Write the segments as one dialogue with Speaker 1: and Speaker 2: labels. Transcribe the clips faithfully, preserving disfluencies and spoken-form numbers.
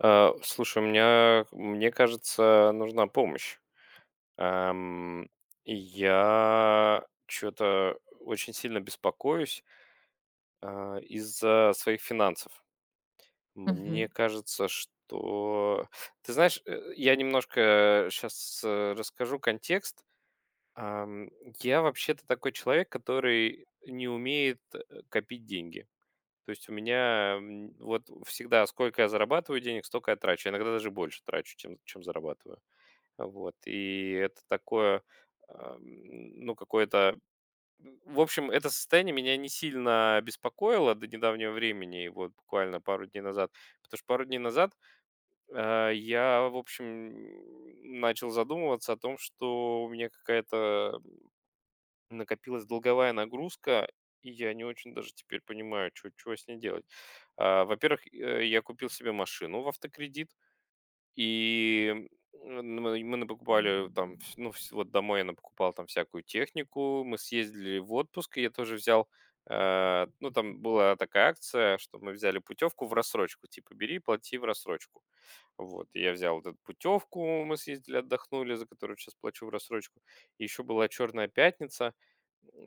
Speaker 1: Э, слушай, у меня, мне кажется, нужна помощь. Эм, я что то очень сильно беспокоюсь, а, из-за своих финансов. Мне
Speaker 2: Мгм.
Speaker 1: кажется, что... Ты знаешь, э, я немножко сейчас расскажу контекст. Ам, я вообще-то такой человек, который не умеет э, копить деньги. То есть у меня м, вот всегда, сколько я зарабатываю денег, столько я трачу. Иногда даже больше трачу, чем, чем зарабатываю. Вот, и это такое, ам, ну, какое-то в общем, это состояние меня не сильно беспокоило до недавнего времени, и вот буквально пару дней назад. Потому что пару дней назад, а, я, в общем, начал задумываться о том, что у меня какая-то накопилась долговая нагрузка, и я не очень даже теперь понимаю, чё чего с ней делать. А, во-первых, э, я купил себе машину в автокредит. И, м, мы мы напокупали там, вс ну, вс вот домой я напокупал там всякую технику. Мы съездили в отпуск, и я тоже взял, э, ну, там была такая акция, что мы взяли путевку в рассрочку, типа бери, плати в рассрочку. Вот, и я взял вот эту путевку, мы съездили, отдохнули, за которую сейчас плачу в рассрочку. Еще была «Черная пятница»,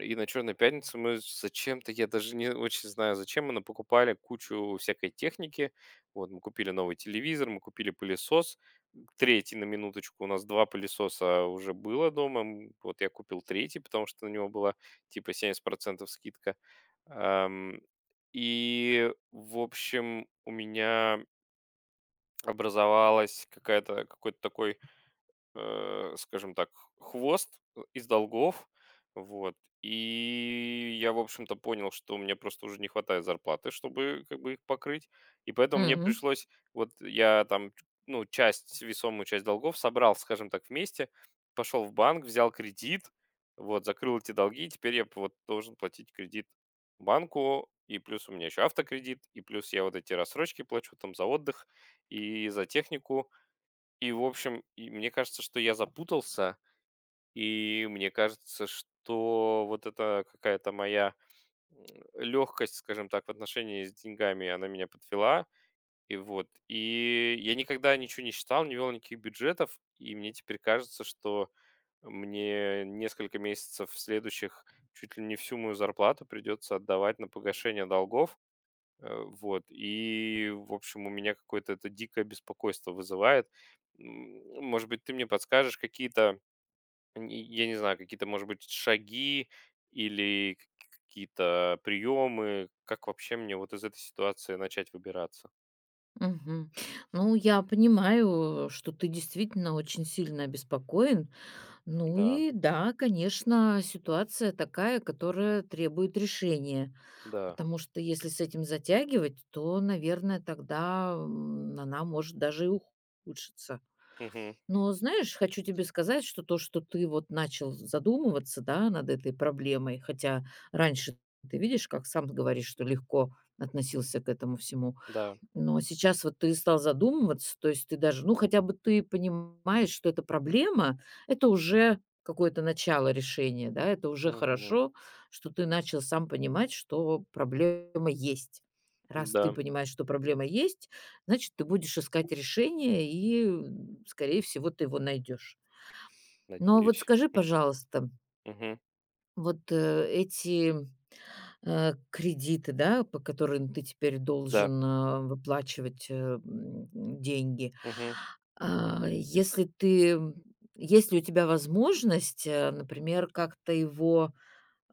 Speaker 1: и на «Черной пятнице» мы зачем-то, я даже не очень знаю, зачем, мы покупали кучу всякой техники. Вот, мы купили новый телевизор, мы купили пылесос. Третий, на минуточку. У нас два пылесоса уже было дома. М, Вот я купил третий, потому что на него была типа семьдесят процентов скидка. Ам, И, в общем, у меня образовалась какая-то какой-то такой, э, скажем так, хвост э, из долгов. Вот. И я, в общем-то, понял, что мне просто уже не хватает зарплаты, чтобы как бы их покрыть. И поэтому мне
Speaker 2: М.
Speaker 1: пришлось, вот я там, ну, часть, весомую часть долгов собрал, скажем так, вместе, пошел в банк, взял кредит, вот, закрыл эти долги, и теперь я п- вот должен платить кредит банку, и плюс у меня еще автокредит, и плюс я вот эти рассрочки плачу там за отдых и за технику, и, в общем, и мне кажется, что я запутался, и мне кажется, что вот эта какая-то моя легкость, скажем так, в отношении с деньгами, она меня подвела. И вот, и я никогда ничего не считал, не вел никаких бюджетов, и мне теперь кажется, что мне несколько месяцев следующих чуть ли не всю мою зарплату придется отдавать на погашение долгов. Э, Вот. И, в общем, у меня какое-то это дикое беспокойство вызывает. М, Может быть, ты мне подскажешь какие-то, н- я не знаю, какие-то, может быть, шаги или к- какие-то приемы, как вообще мне вот из этой ситуации начать выбираться?
Speaker 2: Мгм. Ну, я понимаю, что ты действительно очень сильно обеспокоен. Ну
Speaker 1: Да,
Speaker 2: и да, конечно, ситуация такая, которая требует решения.
Speaker 1: да,
Speaker 2: Потому что если с этим затягивать, то, наверное, тогда м, она может даже и ухудшиться.
Speaker 1: мгм,
Speaker 2: Но знаешь, хочу тебе сказать, что то, что ты вот начал задумываться, да, над этой проблемой, хотя раньше ты видишь, как сам говоришь, что легко относился к этому всему.
Speaker 1: да,
Speaker 2: Но сейчас вот ты стал задумываться, то есть ты даже, ну, хотя бы ты понимаешь, что это проблема, это уже какое-то начало решения, да, это уже
Speaker 1: мгм,
Speaker 2: хорошо, что ты начал сам понимать, что проблема есть. Раз ты
Speaker 1: да,
Speaker 2: понимаешь, что проблема есть, значит, ты будешь искать решение, и, м, скорее всего, ты его найдешь. Но вот
Speaker 1: надеюсь.
Speaker 2: скажи, пожалуйста,
Speaker 1: Мгм,
Speaker 2: вот э, эти Э, кредиты, да, по которым ты теперь
Speaker 1: да.
Speaker 2: должен, а, выплачивать, э, м, деньги.
Speaker 1: Мгм.
Speaker 2: А, если ты, м, есть ли у тебя возможность, э, например, как-то его,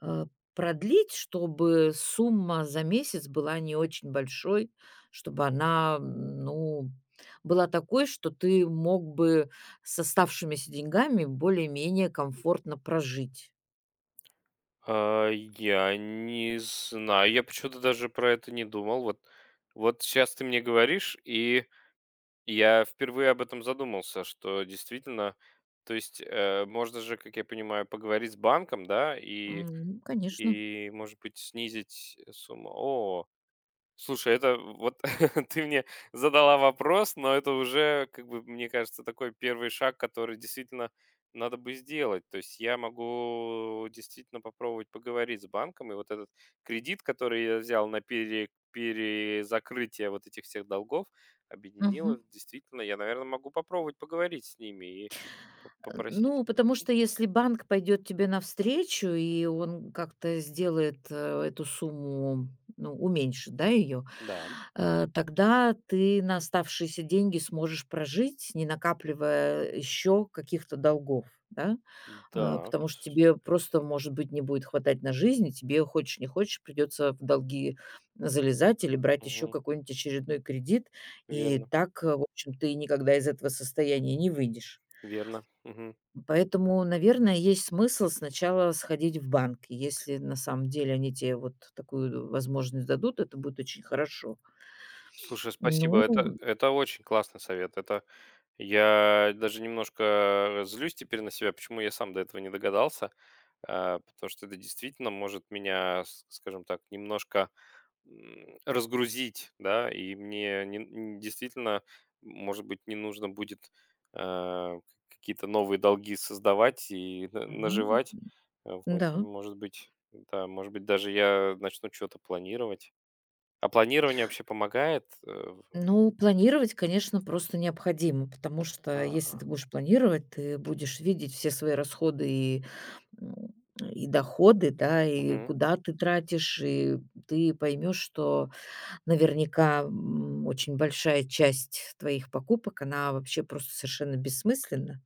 Speaker 2: э, продлить, чтобы сумма за месяц была не очень большой, чтобы она, м, ну, была такой, что ты мог бы с оставшимися деньгами более-менее комфортно прожить?
Speaker 1: А, я не знаю, я почему-то даже про это не думал. Вот, вот сейчас ты мне говоришь, и я впервые об этом задумался, что действительно, то есть э, можно же, как я понимаю, поговорить с банком, да, и,
Speaker 2: М, конечно.
Speaker 1: и может быть, снизить сумму. О, слушай, это вот ты мне задала вопрос, но это уже, как бы, мне кажется, такой первый шаг, который действительно надо бы сделать. То есть я могу действительно попробовать поговорить с банком, и вот этот кредит, который я взял на пере- перезакрытие вот этих всех долгов, объединил
Speaker 2: Мгм.
Speaker 1: их, действительно, я, наверное, могу попробовать поговорить с ними и по-
Speaker 2: Э,
Speaker 1: попросить.
Speaker 2: ну, потому
Speaker 1: Мгм.
Speaker 2: что если банк пойдет тебе навстречу, и он как-то сделает, э, эту сумму, ну, уменьшит, да, ее,
Speaker 1: Да,
Speaker 2: тогда ты на оставшиеся деньги сможешь прожить, не накапливая еще каких-то долгов, да. Э,
Speaker 1: да,
Speaker 2: потому что
Speaker 1: с-
Speaker 2: тебе просто, может быть, не будет хватать на жизнь, и тебе, хочешь не хочешь, придется в долги залезать или брать еще
Speaker 1: мгм.
Speaker 2: какой-нибудь очередной кредит. И
Speaker 1: Верно,
Speaker 2: так, э, в общем, ты никогда из этого состояния не выйдешь.
Speaker 1: верно. Мгм.
Speaker 2: Поэтому, наверное, есть смысл сначала сходить в банк. Если на самом деле они тебе вот такую возможность дадут, это будет очень хорошо.
Speaker 1: Слушай, спасибо.
Speaker 2: Ну,
Speaker 1: Это, это очень классный совет. Это я даже немножко злюсь теперь на себя, почему я сам до этого не догадался, а, потому что это действительно может меня, с- скажем так, немножко м, разгрузить, да, и мне не- н- действительно, может быть, не нужно будет а, какие-то новые долги создавать и на-
Speaker 2: ну
Speaker 1: наживать. Э, Вот, и,
Speaker 2: да.
Speaker 1: может быть, да, может быть, даже я начну что-то планировать. А планирование вообще помогает э,
Speaker 2: Ну, планировать, конечно, просто необходимо, потому что
Speaker 1: ага.
Speaker 2: если ты будешь планировать, ты будешь видеть все свои расходы и, м, и доходы, да, и
Speaker 1: Мгм.
Speaker 2: куда ты тратишь, и ты поймешь, что наверняка м, очень большая часть твоих покупок, она вообще просто совершенно бессмысленна.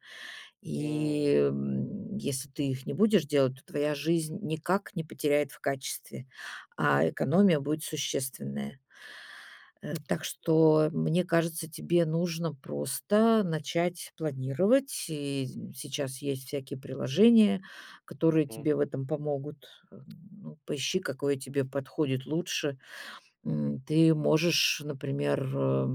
Speaker 2: И,
Speaker 1: М.
Speaker 2: м, если ты их не будешь делать, то твоя жизнь никак не потеряет в качестве, а экономия будет существенная. Э, так что, мне кажется, тебе нужно просто начать планировать. И сейчас есть всякие приложения, которые
Speaker 1: Мгм.
Speaker 2: тебе в этом помогут. Э, ну, поищи, какое тебе подходит лучше. М, ты можешь, например, э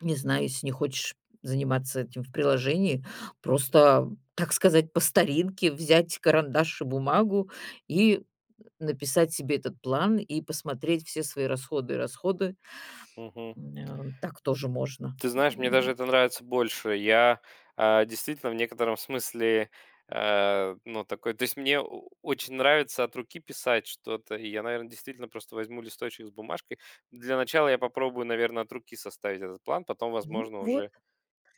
Speaker 2: не знаю, если не хочешь заниматься этим в приложении, просто, так сказать, по старинке взять карандаш и бумагу и написать себе этот план и посмотреть все свои расходы и расходы.
Speaker 1: Мгм.
Speaker 2: М, э, так тоже можно.
Speaker 1: Ты знаешь, мне даже
Speaker 2: М,
Speaker 1: это нравится больше. Я, а, действительно в некотором смысле, э, ну, такой, то есть мне о очень нравится от руки писать что-то, и я, наверное, действительно просто возьму листочек с бумажкой. Для начала я попробую, наверное, от руки составить этот план, потом,
Speaker 2: ну
Speaker 1: возможно,
Speaker 2: вот.
Speaker 1: уже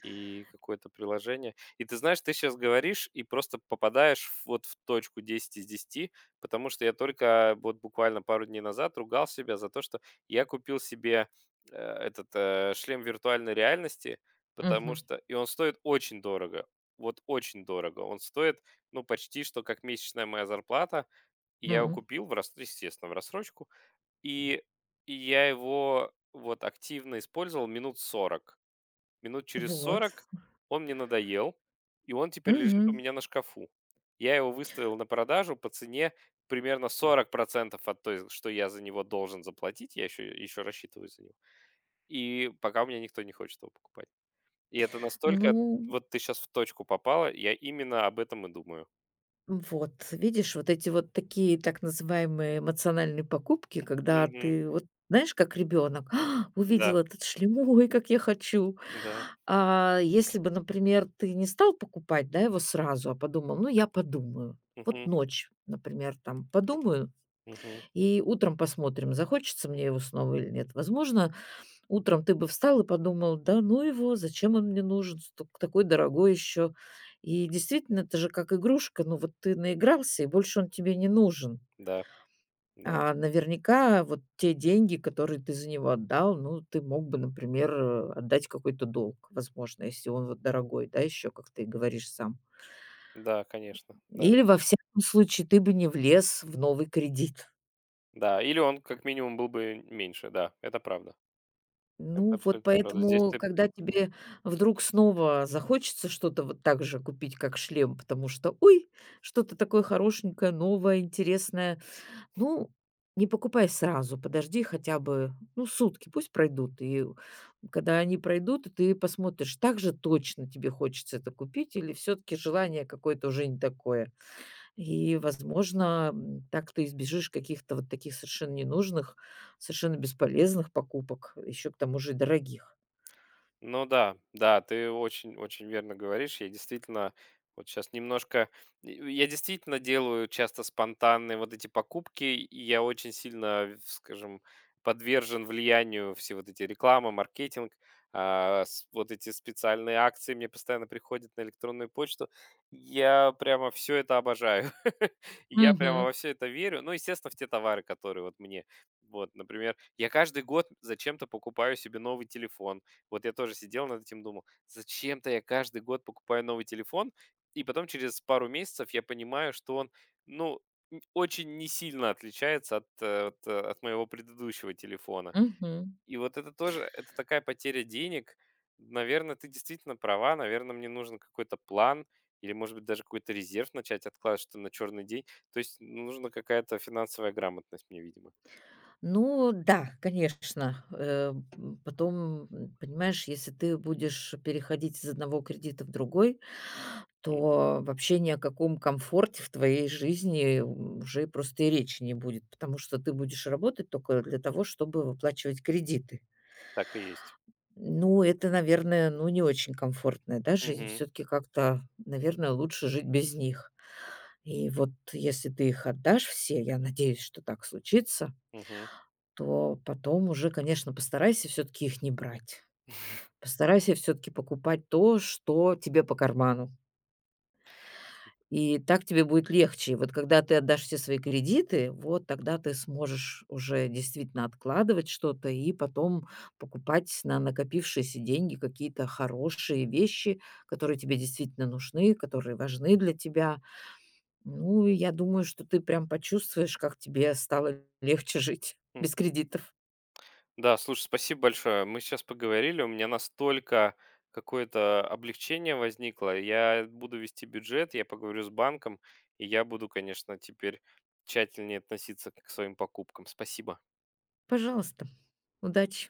Speaker 1: и какое-то приложение. И ты знаешь, ты сейчас говоришь и просто попадаешь в- вот в точку десять из десяти, потому что я только вот буквально пару дней назад ругал себя за то, что я купил себе э, этот э, шлем виртуальной реальности, потому
Speaker 2: Мгм.
Speaker 1: что... И он стоит очень дорого. Вот очень дорого. Он стоит, ну, почти что как месячная моя зарплата. И я его
Speaker 2: М.
Speaker 1: купил, в рас- естественно, в рассрочку. И, и я его вот активно использовал минут сорок. Минут через
Speaker 2: Вот.
Speaker 1: сорок он мне надоел, и он теперь лежит у
Speaker 2: Мгм.
Speaker 1: меня на шкафу. Я его выставил на продажу по цене примерно сорок процентов от той, что я за него должен заплатить. Я еще, еще рассчитываю за него. И пока у меня никто не хочет его покупать. И это настолько...
Speaker 2: Ну
Speaker 1: Вот ты сейчас в точку попала, я именно об этом и думаю.
Speaker 2: вот, видишь, вот эти вот такие так называемые эмоциональные покупки, когда
Speaker 1: Мгм.
Speaker 2: ты вот знаешь, как ребенок: «А,
Speaker 1: Да,
Speaker 2: увидел этот шлем, ой, как я хочу».
Speaker 1: да.
Speaker 2: А если бы, например, ты не стал покупать, да, его сразу, а подумал, ну, я подумаю. Вот
Speaker 1: Мгм.
Speaker 2: ночь, например, там подумаю,
Speaker 1: Мгм.
Speaker 2: и утром посмотрим, захочется мне его снова или нет. Возможно, утром ты бы встал и подумал: «Да ну его, зачем он мне нужен, сток такой дорогой еще». И действительно, это же как игрушка. Ну вот ты наигрался, и больше он тебе не нужен.
Speaker 1: Да, да.
Speaker 2: А наверняка вот те деньги, которые ты за него отдал, ну, ты мог бы, например, э, отдать какой-то долг, возможно, если он вот дорогой, да, еще как ты говоришь сам.
Speaker 1: Да, конечно, да.
Speaker 2: Или, во всяком случае, ты бы не влез в новый кредит.
Speaker 1: Да, или он как минимум был бы меньше, да, это правда. Это
Speaker 2: Ну, вот
Speaker 1: абсолютно правда. Здесь
Speaker 2: поэтому,
Speaker 1: ты...
Speaker 2: когда тебе вдруг снова захочется что-то вот так же купить, как шлем, потому что, ой, что-то такое хорошенькое, новое, интересное, ну, не покупай сразу, подожди хотя бы, ну, сутки, пусть пройдут. И когда они пройдут, и ты посмотришь, так же точно тебе хочется это купить или все-таки желание какое-то уже не такое. И, возможно, м, так ты избежишь каких-то вот таких совершенно ненужных, совершенно бесполезных покупок, еще к тому же и дорогих.
Speaker 1: Ну да, да, ты очень-очень верно говоришь. Я действительно вот сейчас немножко... и- Я действительно делаю часто спонтанные вот эти покупки, и я очень сильно, в- скажем, подвержен влиянию все вот эти реклама, маркетинг, а, с- вот эти специальные акции мне постоянно приходят на электронную почту. Я прямо все это обожаю. Я прямо
Speaker 2: Мгм.
Speaker 1: во все это верю. Ну, естественно, в те товары, которые вот мне... Вот, например, я каждый год зачем-то покупаю себе новый телефон, вот я тоже сидел над этим, думал, зачем-то я каждый год покупаю новый телефон, и потом через пару месяцев я понимаю, что он, ну, н- очень не сильно отличается от, э, от, э, от моего предыдущего телефона.
Speaker 2: Мгм.
Speaker 1: И вот это тоже, это такая потеря денег. Наверное, ты действительно права, наверное, мне нужен какой-то план или, может быть, даже какой-то резерв начать откладывать что на черный день. То есть нужна какая-то финансовая грамотность мне, видимо.
Speaker 2: Ну да, конечно. Э, м, Потом, м, понимаешь, если ты будешь переходить из одного кредита в другой,
Speaker 1: Мгм.
Speaker 2: то вообще ни о каком комфорте в твоей жизни м, уже просто и речи не будет, потому что ты будешь работать только для того, чтобы выплачивать кредиты.
Speaker 1: Так и есть.
Speaker 2: Ну, это, наверное, ну, не очень комфортная, да, жизнь.
Speaker 1: Мгм.
Speaker 2: Все таки как-то, наверное, лучше жить без них. И вот если ты их отдашь все, я надеюсь, что так случится,
Speaker 1: Мгм.
Speaker 2: то потом уже, конечно, постарайся все таки их не брать. Постарайся все таки покупать то, что тебе по карману. И так тебе будет легче. И вот когда ты отдашь все свои кредиты, вот тогда ты сможешь уже действительно откладывать что-то и потом покупать на накопившиеся деньги какие-то хорошие вещи, которые тебе действительно нужны, которые важны для тебя. Ну, и я думаю, что ты прям почувствуешь, как тебе стало легче жить без кредитов.
Speaker 1: Да, слушай, спасибо большое. Мы сейчас поговорили, у меня настолько какое-то облегчение возникло. Я буду вести бюджет, я поговорю с банком, и я буду, конечно, теперь тщательнее относиться к своим покупкам. Спасибо.
Speaker 2: Пожалуйста, удачи!